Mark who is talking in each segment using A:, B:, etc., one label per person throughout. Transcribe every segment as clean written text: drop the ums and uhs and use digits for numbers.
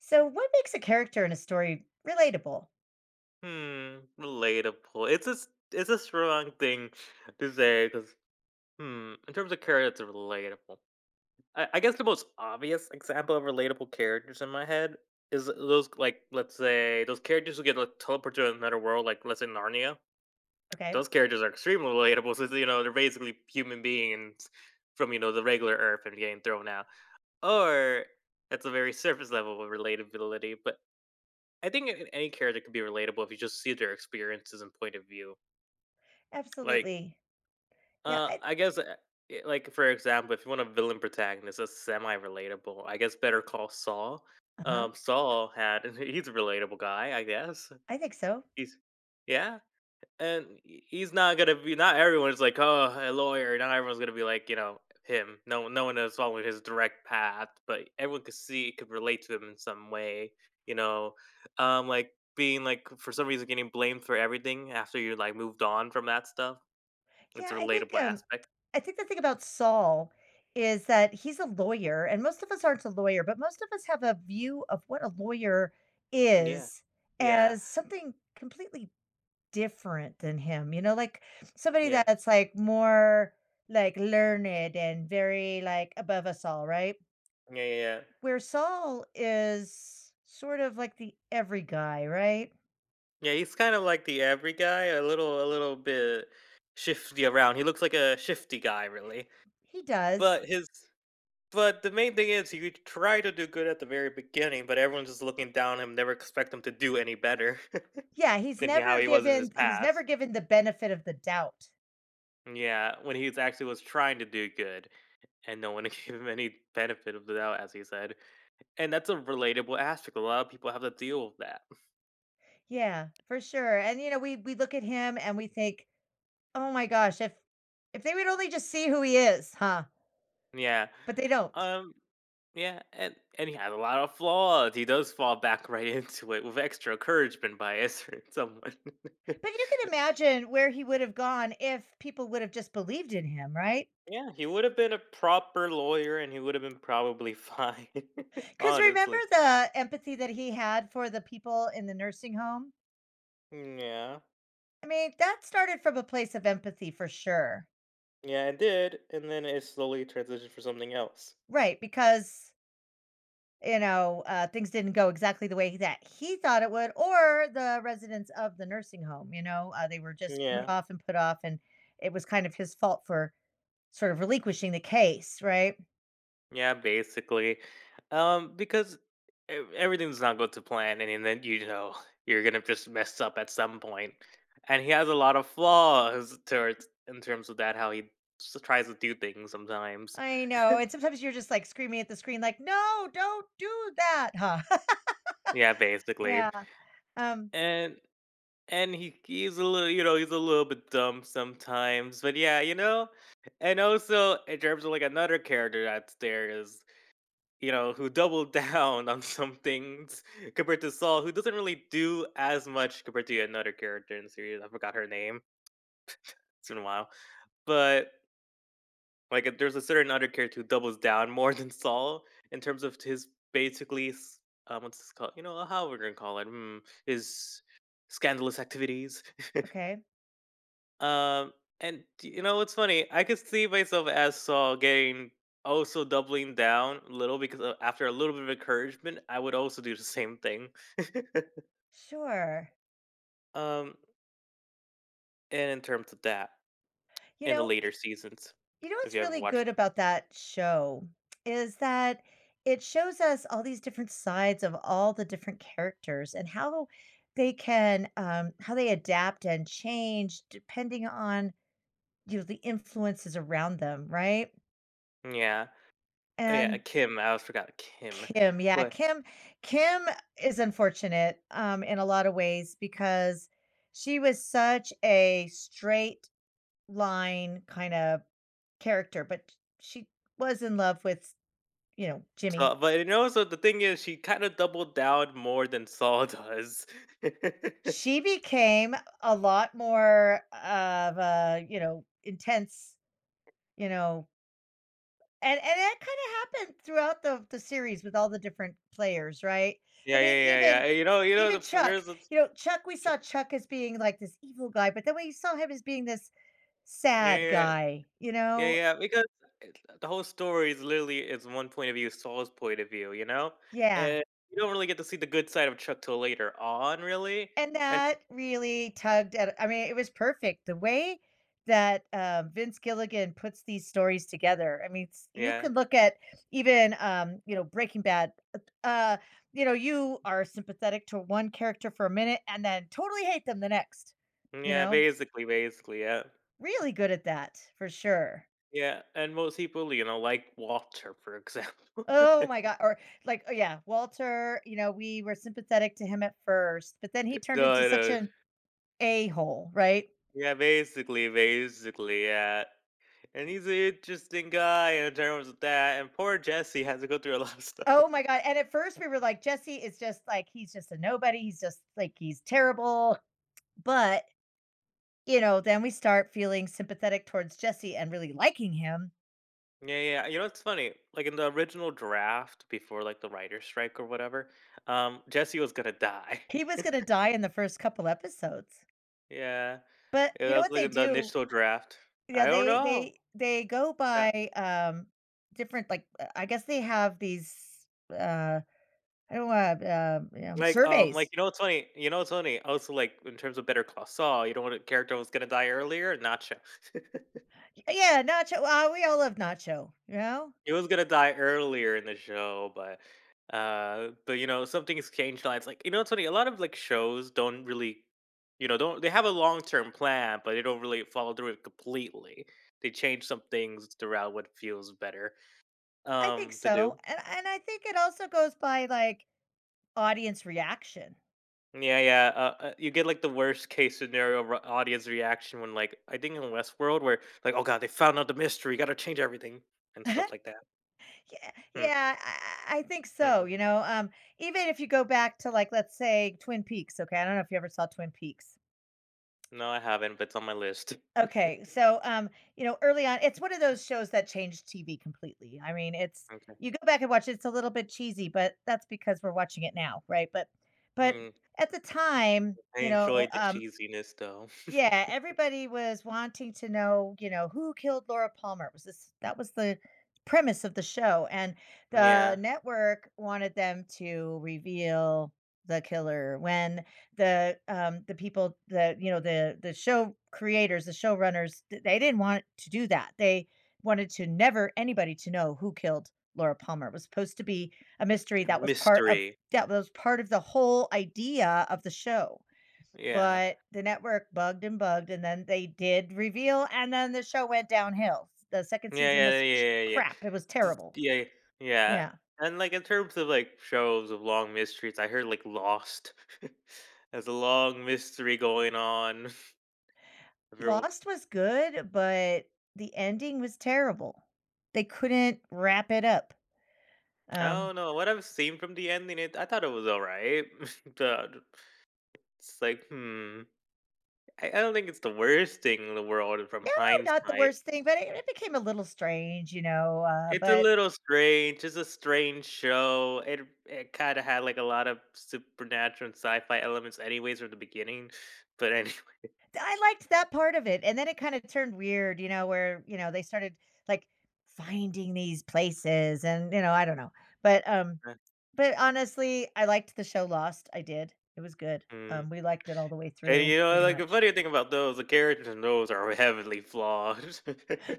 A: So, what makes a character in a story relatable?
B: Hmm, relatable. It's a strong thing to say because, in terms of characters, it's relatable. I guess the most obvious example of relatable characters in my head is those, like, let's say, those characters who get, like, teleported to another world, like, let's say, Narnia.
A: Okay,
B: Those characters are extremely relatable since, you know, they're basically human beings from, you know, the regular Earth and getting thrown out. Or, that's a very surface level of relatability, but I think any character could be relatable if you just see their experiences and point of view. Like,
A: absolutely. Yeah, I
B: I guess, like, for example, if you want a villain protagonist that's semi-relatable, I guess Better Call Saul.
A: uh-huh.
B: Saul had he's a relatable guy, I guess.
A: I think so.
B: He's, yeah, and he's not gonna be. Not everyone's like, oh, a lawyer. Not everyone's gonna be like, you know, him. No, no one is following his direct path, but everyone could see, could relate to him in some way. You know, like being like for some reason getting blamed for everything after you like moved on from that stuff, it's
A: Yeah,
B: a
A: I think
B: relatable
A: um,
B: aspect.
A: I think the thing about Saul is that he's a lawyer, and most of us aren't a lawyer, but most of us have a view of what a lawyer
B: Yeah.
A: is
B: Yeah.
A: as something completely different than him. You know, like somebody
B: Yeah.
A: that's like more like learned and very like above us all, right?
B: Yeah, yeah, yeah.
A: Where Saul is sort of like the every guy, right?
B: Yeah, he's kind of like the every guy, a little bit shifty around. He looks like a shifty guy really.
A: He does.
B: But his, but the main thing is he tried to do good at the very beginning, but everyone's just looking down on him, never expect him to do any better
A: Yeah, he's
B: than he, how
A: never
B: he was in his
A: given he's
B: past.
A: never given the benefit of the doubt.
B: Yeah, when he was actually was trying to do good and no one gave him any benefit of the doubt, as he said. And that's a relatable aspect. A lot of people have to deal with that.
A: Yeah, for sure. And you know, we look at him and we think, "Oh my gosh, if they would only just see who he is, huh?"
B: Yeah.
A: But they don't.
B: Um Yeah, and he has a lot of flaws. He does fall back right into it with extra encouragement by Ezra and someone.
A: But you can imagine where he would have gone if people would have just believed in him, right?
B: Yeah, he would have been a proper lawyer and he would have been probably fine.
A: Cuz remember
B: Honestly.
A: the empathy that he had for the people in the nursing home?
B: Yeah.
A: I mean, that started from a place of empathy for sure.
B: Yeah, it did. And then it slowly transitioned for something else.
A: Right, because, things didn't go exactly the way that he thought it would, or the residents of the nursing home, they were just
B: Yeah.
A: put off, and it was kind of his fault for sort of relinquishing the case, right?
B: Yeah, basically. Because everything's not going to plan, and then, you know, you're gonna just mess up at some point. And he has a lot of flaws towards, in terms of that, how he tries to do things sometimes.
A: I know, and sometimes you're just, like, screaming at the screen like, "No, don't do that!" Huh.
B: Yeah, basically.
A: Yeah, um,
B: And he's a little, you know, he's a little bit dumb sometimes, but yeah, you know. And also in terms of, like, another character that's there is, you know, who doubled down on some things compared to Saul, who doesn't really do as much compared to another character in the series. I forgot her name. It's been a while. But like, if there's a certain other character who doubles down more than Saul in terms of his basically what's this called? You know, how we're gonna call it. Hmm, his scandalous activities.
A: okay,
B: Um, and d You know what's funny? I could see myself as Saul getting also doubling down a little because, after a little bit of encouragement, I would also do the same thing.
A: sure.
B: um, and in terms of that,
A: You
B: in the
A: know
B: later seasons,
A: You know
B: if
A: what's
B: you ever
A: really
B: watched,
A: good about that show is that it shows us all these different sides of all the different characters and how they can how they adapt and change depending on the influences around them, right?
B: yeah, yeah,
A: And
B: Kim. I always forgot Kim,
A: Kim, yeah,
B: but
A: Kim is unfortunate, in a lot of ways because she was such a straight line kind of character, but she was in love with, Jimmy.
B: so, but you know, so the thing is, she kind of doubled down more than Saul does. Yeah,
A: She became a lot more of a, intense, you know, and that kind of happened throughout the series with all the different players, right? I
B: yeah,
A: mean,
B: yeah,
A: even
B: yeah. You know,
A: even Chuck,
B: there's a,
A: you know, Chuck, we saw Chuck as being like this evil guy, but then we saw him as being this
B: yeah,
A: sad
B: yeah.
A: guy, you
B: Yeah,
A: know?
B: yeah, because it, the whole story is literally is one point of view, Saul's point of view, you know?
A: Yeah.
B: And you don't really get to see the good side of Chuck till later on, really.
A: And
B: And
A: that really tugged at, I mean, it was perfect. The way that, Vince Gilligan puts these stories together. I mean, s you
B: yeah.
A: can look at even, Breaking Bad. You are sympathetic to one character for a minute and then totally hate them the next, you
B: Yeah,
A: know?
B: basically, basically, yeah.
A: Really good at that, for sure.
B: Yeah, and most people, you know, like Walter, for example.
A: Oh my god, or like, oh yeah, Walter, we were sympathetic to him at first, but then he turned into
B: No,
A: such
B: no.
A: an a-hole, right?
B: Yeah, basically, basically, yeah. And he's an interesting guy in terms of that. And poor Jesse has to go through a lot of stuff.
A: Oh my god, and at first we were like, "Jesse is just like he's just a nobody, he's just like he's terrible." But, then we start feeling sympathetic towards Jesse and really liking him.
B: Yeah, yeah. You know, it's funny. Like in the original draft before like the writer's strike or whatever, Jesse was gonna die.
A: He was
B: Yeah.
A: gonna die in the first couple episodes. But
B: Yeah,
A: you
B: that
A: know
B: was
A: what
B: like
A: they
B: in the
A: do?
B: initial draft.
A: Yeah,
B: I don't
A: they
B: know.
A: they they go
B: Yeah.
A: by, different, like, I guess they have these, uh, I don't wanna,
B: Like, like,
A: surveys.
B: you know, it's funny. You know, it's funny. Also, like in terms of Better Call Saul, you know what a character was gonna die earlier? Nacho.
A: Yeah, Nacho, we all love Nacho, you know?
B: He was gonna die earlier in the show, but but you know, some things change lives. Like, you know, it's funny, a lot of like shows don't really, you know, don't they have a long term plan, but they don't really follow through it completely. They change some things throughout what feels better
A: I think
B: to
A: so,
B: do.
A: and I think it also goes by, like, audience reaction.
B: Yeah, yeah. You get like the worst case scenario audience reaction when, like, I think in Westworld, where like, oh god, they found out the mystery, gotta change everything and stuff like that.
A: Yeah,
B: Mm,
A: yeah, I think
B: mm, mm,
A: so,
B: mm.
A: even if you go back to, like, let's say, Twin Peaks, okay? I don't know if you ever saw Twin Peaks.
B: No, I haven't, but it's on my list.
A: Okay, so, early on, it's one of those shows that changed TV completely. I mean, it's
B: Okay.
A: you go back and watch it, it's a little bit cheesy, but that's because we're watching it now, right? But
B: Hmm.
A: at the time,
B: I enjoyed the cheesiness though.
A: Yeah, everybody was wanting to know, who killed Laura Palmer? It was this, that was the premise of the show, and the
B: Yeah,
A: network wanted them to reveal the killer, when the people, the show creators, the showrunners, they didn't want to do that. They wanted to never anybody to know who killed Laura Palmer. It was supposed to be a mystery that was part of,
B: mystery.
A: the whole idea of the show.
B: Yeah.
A: But the network bugged and bugged, and then they did reveal, and then the show went downhill. The 2nd
B: Yeah,
A: season
B: yeah,
A: was sh
B: yeah, yeah, yeah.
A: crap, it was
B: Just,
A: terrible.
B: yeah, yeah.
A: Yeah.
B: And like in terms of like shows of long mysteries, I heard like Lost. There's a long mystery going on. Everyone,
A: Lost was good, but the ending was terrible. They couldn't wrap it up.
B: I
A: Um,
B: don't know what I've seen from the ending. It, I thought it was all right. The- it's like, hmm. I don't think it's the worst thing in the world from
A: oh, not the
B: hindsight.
A: worst thing, but it became a little strange,
B: It's a
A: but
B: little strange. It's a strange show. It kind of had like a lot of supernatural and sci-fi elements, anyways, from the beginning. But anyway,
A: I liked that part of it, and then it kinda turned weird, where, they started, like, finding these places, and, I don't know. But, um, But honestly, I liked the show Lost, I did. It was good.
B: mm.
A: We liked it all the way
B: And
A: through
B: you know,
A: pretty
B: like the
A: much.
B: funny thing about those, the characters in those are heavily flawed.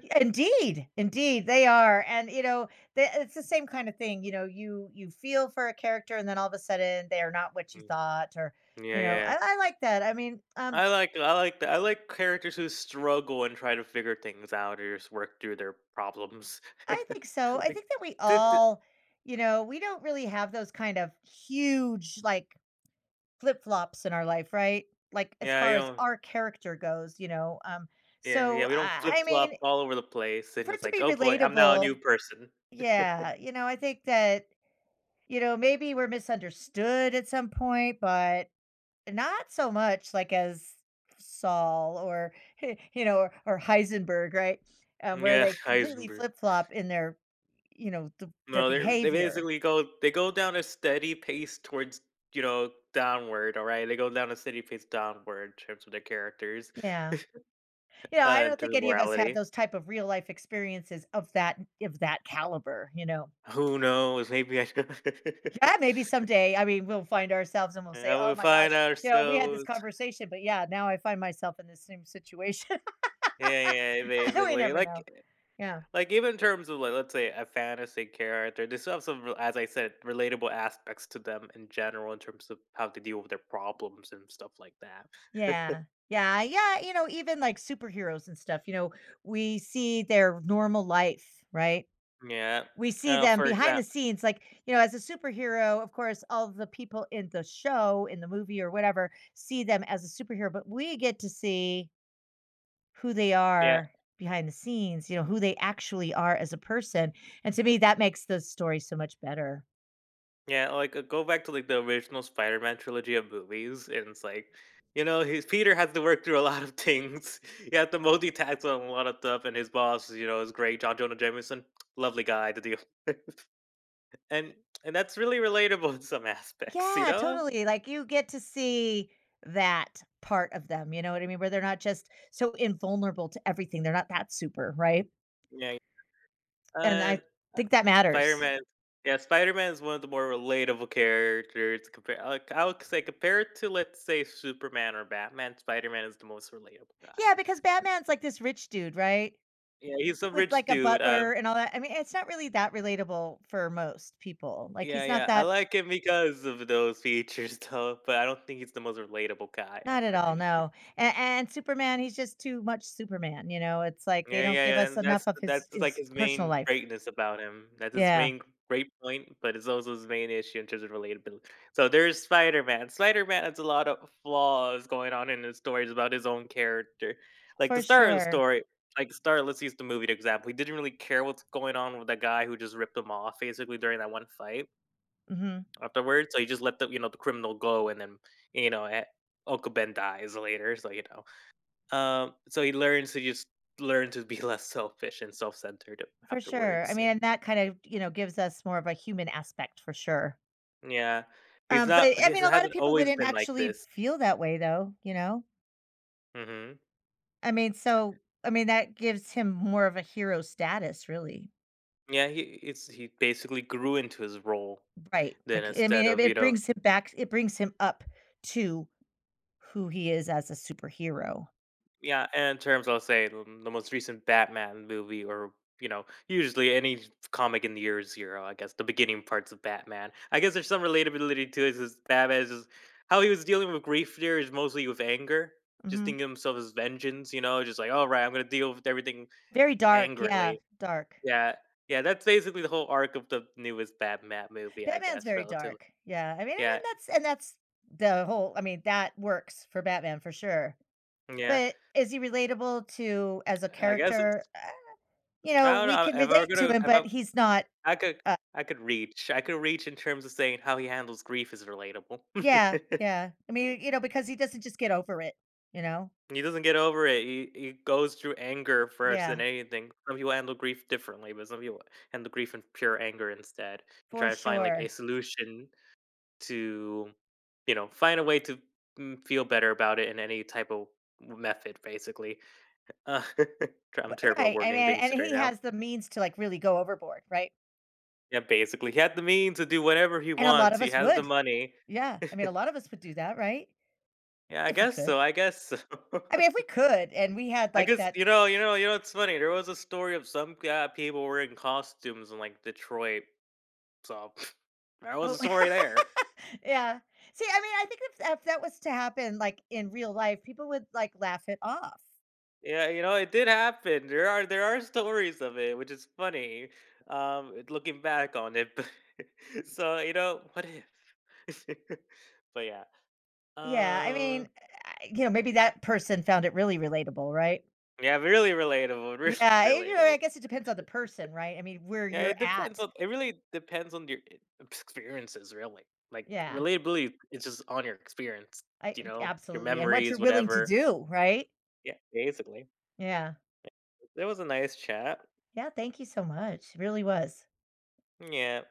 A: Yeah, indeed, indeed, they are, and, you know, the it's the same kind of thing, you feel for a character and then all of a sudden they are not what you
B: Mm.
A: thought, or,
B: Yeah, yeah.
A: I like that. I mean,
B: I like the, I like characters who struggle and try to figure things out or just work through their problems.
A: I think so. I
B: Like,
A: think that we
B: did the-
A: all, you know, we don't really have those kind of huge, like, flip-flops in our life, right? Like, as
B: yeah, you
A: far as
B: don't.
A: our character goes,
B: Yeah,
A: so
B: yeah, we don't
A: I
B: flip
A: I
B: flop
A: mean,
B: all over the place and
A: for it
B: it's
A: to
B: like,
A: be
B: oh boy, I'm now a new
A: relatable,
B: person.
A: yeah, I think that, maybe we're misunderstood at some point, but not so much like as Saul, or, or Heisenberg, right? Where
B: Yeah,
A: they completely
B: Heisenberg.
A: flip flop in their
B: No, they
A: behavior.
B: basically go, they go down a steady pace towards, you know, downward. All right, they go down a steady pace downward in terms of their characters,
A: Yeah. You know, I
B: in
A: don't think
B: terms of
A: any of us have
B: morality.
A: those type of real life experiences of that caliber.
B: Who knows? Maybe I.
A: Yeah, maybe someday. I mean, we'll find ourselves and we'll say,
B: And
A: "Oh
B: we
A: my gosh,
B: find
A: we had this
B: ourselves,
A: conversation, but yeah, now I find myself in the same situation."
B: yeah, yeah,
A: We
B: basically,
A: never know. Yeah.
B: like even in terms of like, let's say a fantasy character, they still have some, as I said, relatable aspects to them in general in terms of how to deal with their problems and stuff like that.
A: Yeah. Yeah, yeah, even like superheroes and stuff, we see their normal life, right?
B: Yeah,
A: We see them
B: for
A: behind the
B: example.
A: scenes, like, as a superhero. Of course, all the people in the show, in the movie or whatever, see them as a superhero, but we get to see who they
B: Yeah,
A: are behind the scenes, who they actually are as a person, and to me, that makes the story so much better.
B: yeah, like, go back to like the original Spider-Man trilogy of movies, and it's like, you know, his Peter has to work through a lot of things. He had to multitask on a lot of stuff, and his boss, you know, is great, John Jonah Jameson, lovely guy to deal with, and and that's really relatable in some aspects, you
A: Yeah,
B: know.
A: totally, like, you get to see that part of them, you know what I mean? Where they're not just so invulnerable to everything, they're not that super, right?
B: Yeah,
A: And
B: and
A: I
B: uh,
A: think that matters.
B: Spider-Man, yeah, Spider-Man is one of the more relatable characters. Compare, I would say compared to, let's say, Superman or Batman, Spider-Man is the most relatable
A: Yeah,
B: guy.
A: because Batman's like this rich dude, right?
B: Yeah, he's a
A: With
B: rich
A: like a
B: dude,
A: butler and all that. I mean, it's not really that relatable for most people. Like
B: yeah,
A: he's
B: yeah, I like him because of those features though, but I don't think he's the most relatable guy
A: not at
B: ever.
A: all. No. And Superman, he's just too much Superman, you know. It's like they
B: Yeah,
A: don't
B: yeah,
A: give
B: yeah,
A: us
B: and
A: enough of his
B: that's like
A: his
B: his
A: personal
B: main
A: life.
B: greatness about him. That's his
A: Yeah,
B: main great point, but it's also his main issue in terms of relatability. So there's Spider-Man. Spider-Man has a lot of flaws going on in his stories about his own character. Like
A: for
B: the star of the
A: sure.
B: story, like the star, let's use the movie to example. He didn't really care what's going on with the guy who just ripped him off basically during that one fight
A: Hmm.
B: afterwards. So he just let the, you know, the criminal go, and then, you know, Uncle Ben dies later. So, you know, so he learns to just learn to be less selfish and self centered
A: For sure. I
B: afterwards.
A: mean,
B: And
A: and that kind of, gives us more of a human aspect for sure.
B: yeah, he's
A: But
B: not.
A: I
B: He
A: mean, a lot of
B: hasn't
A: people
B: always
A: wouldn't
B: been like
A: actually
B: this.
A: feel that way though, you know?
B: Hmm.
A: I mean, that gives him more of a hero status, really.
B: Yeah, he it's, he basically grew into his role.
A: Right,
B: Then
A: like, I mean,
B: instead
A: it
B: of, you
A: it
B: know,
A: brings him back it brings him up to who he is as a superhero.
B: yeah, and in terms, I'll say the most recent Batman movie, or, you know, usually any comic in the year zero. I guess the beginning parts of Batman. I guess there's some relatability to it. Is Batman is how he was dealing with grief there is mostly with anger, just
A: Mhm.
B: thinking of himself as vengeance. You know, just like, all right, I'm gonna deal with everything
A: Very dark, yeah,
B: angrily.
A: dark.
B: Yeah, yeah, that's basically the whole arc of the newest Batman movie, I
A: Batman's
B: guess.
A: very
B: Relatively,
A: dark, yeah, I mean,
B: yeah,
A: and that's the whole I mean, that works for Batman for sure.
B: yeah.
A: But is he relatable to as a
B: I guess
A: character?
B: it's. I don't
A: We can
B: know. If I were
A: relate to
B: gonna,
A: him,
B: if I,
A: but he's not,
B: I could
A: uh
B: I could reach. I could reach in terms of saying how he handles grief is relatable.
A: yeah, yeah. I mean, because he doesn't just get over it, you know?
B: He doesn't get over it. He goes through anger first than
A: Yeah,
B: anything. Some people handle grief differently, but some people handle grief in pure anger instead and
A: for
B: try to find like a
A: sure.
B: solution to, you know, find a way to, mm, feel better about it in any type of method, basically. Uh, I'm
A: W
B: terrible at
A: Right, I
B: wording
A: mean,
B: things
A: and
B: right
A: he
B: now.
A: has the means to, like, really go overboard, right?
B: Yeah, basically, he had the means to do whatever he
A: And a lot
B: wants.
A: of
B: He
A: us
B: has the
A: would.
B: money.
A: Yeah, I mean, a lot of us would do that, right?
B: Yeah, I
A: If we
B: guess
A: could.
B: so, I guess so.
A: I mean, if we could and we had,
B: I
A: like,
B: guess
A: that.
B: you know, you know, you know, it's funny, there was a story of some guy people wearing costumes in, like, Detroit, so there was
A: Oh,
B: a story there.
A: yeah. See, I mean, I think if that was to happen, like, in real life, people would, like, laugh it off.
B: Yeah, you know, it did happen, there are, there are stories of it, which is funny, it looking back on it, but so, you know, what if? But yeah,
A: Yeah, I mean,
B: um,
A: maybe that person found it really relatable, right?
B: yeah, really relatable,
A: Yeah,
B: really
A: I
B: relatable.
A: guess it depends on the person, right? I mean, where
B: Yeah,
A: you're
B: it depends
A: at.
B: on, it really depends on your experiences, really. Like
A: Yeah,
B: relatability, it's just on your experience,
A: I
B: you know, your
A: absolutely, and what you're
B: memories,
A: willing to
B: whatever.
A: do, right?
B: Yeah, basically.
A: Yeah.
B: It was a nice chat.
A: Yeah, thank you so much. It really was.
B: Yeah.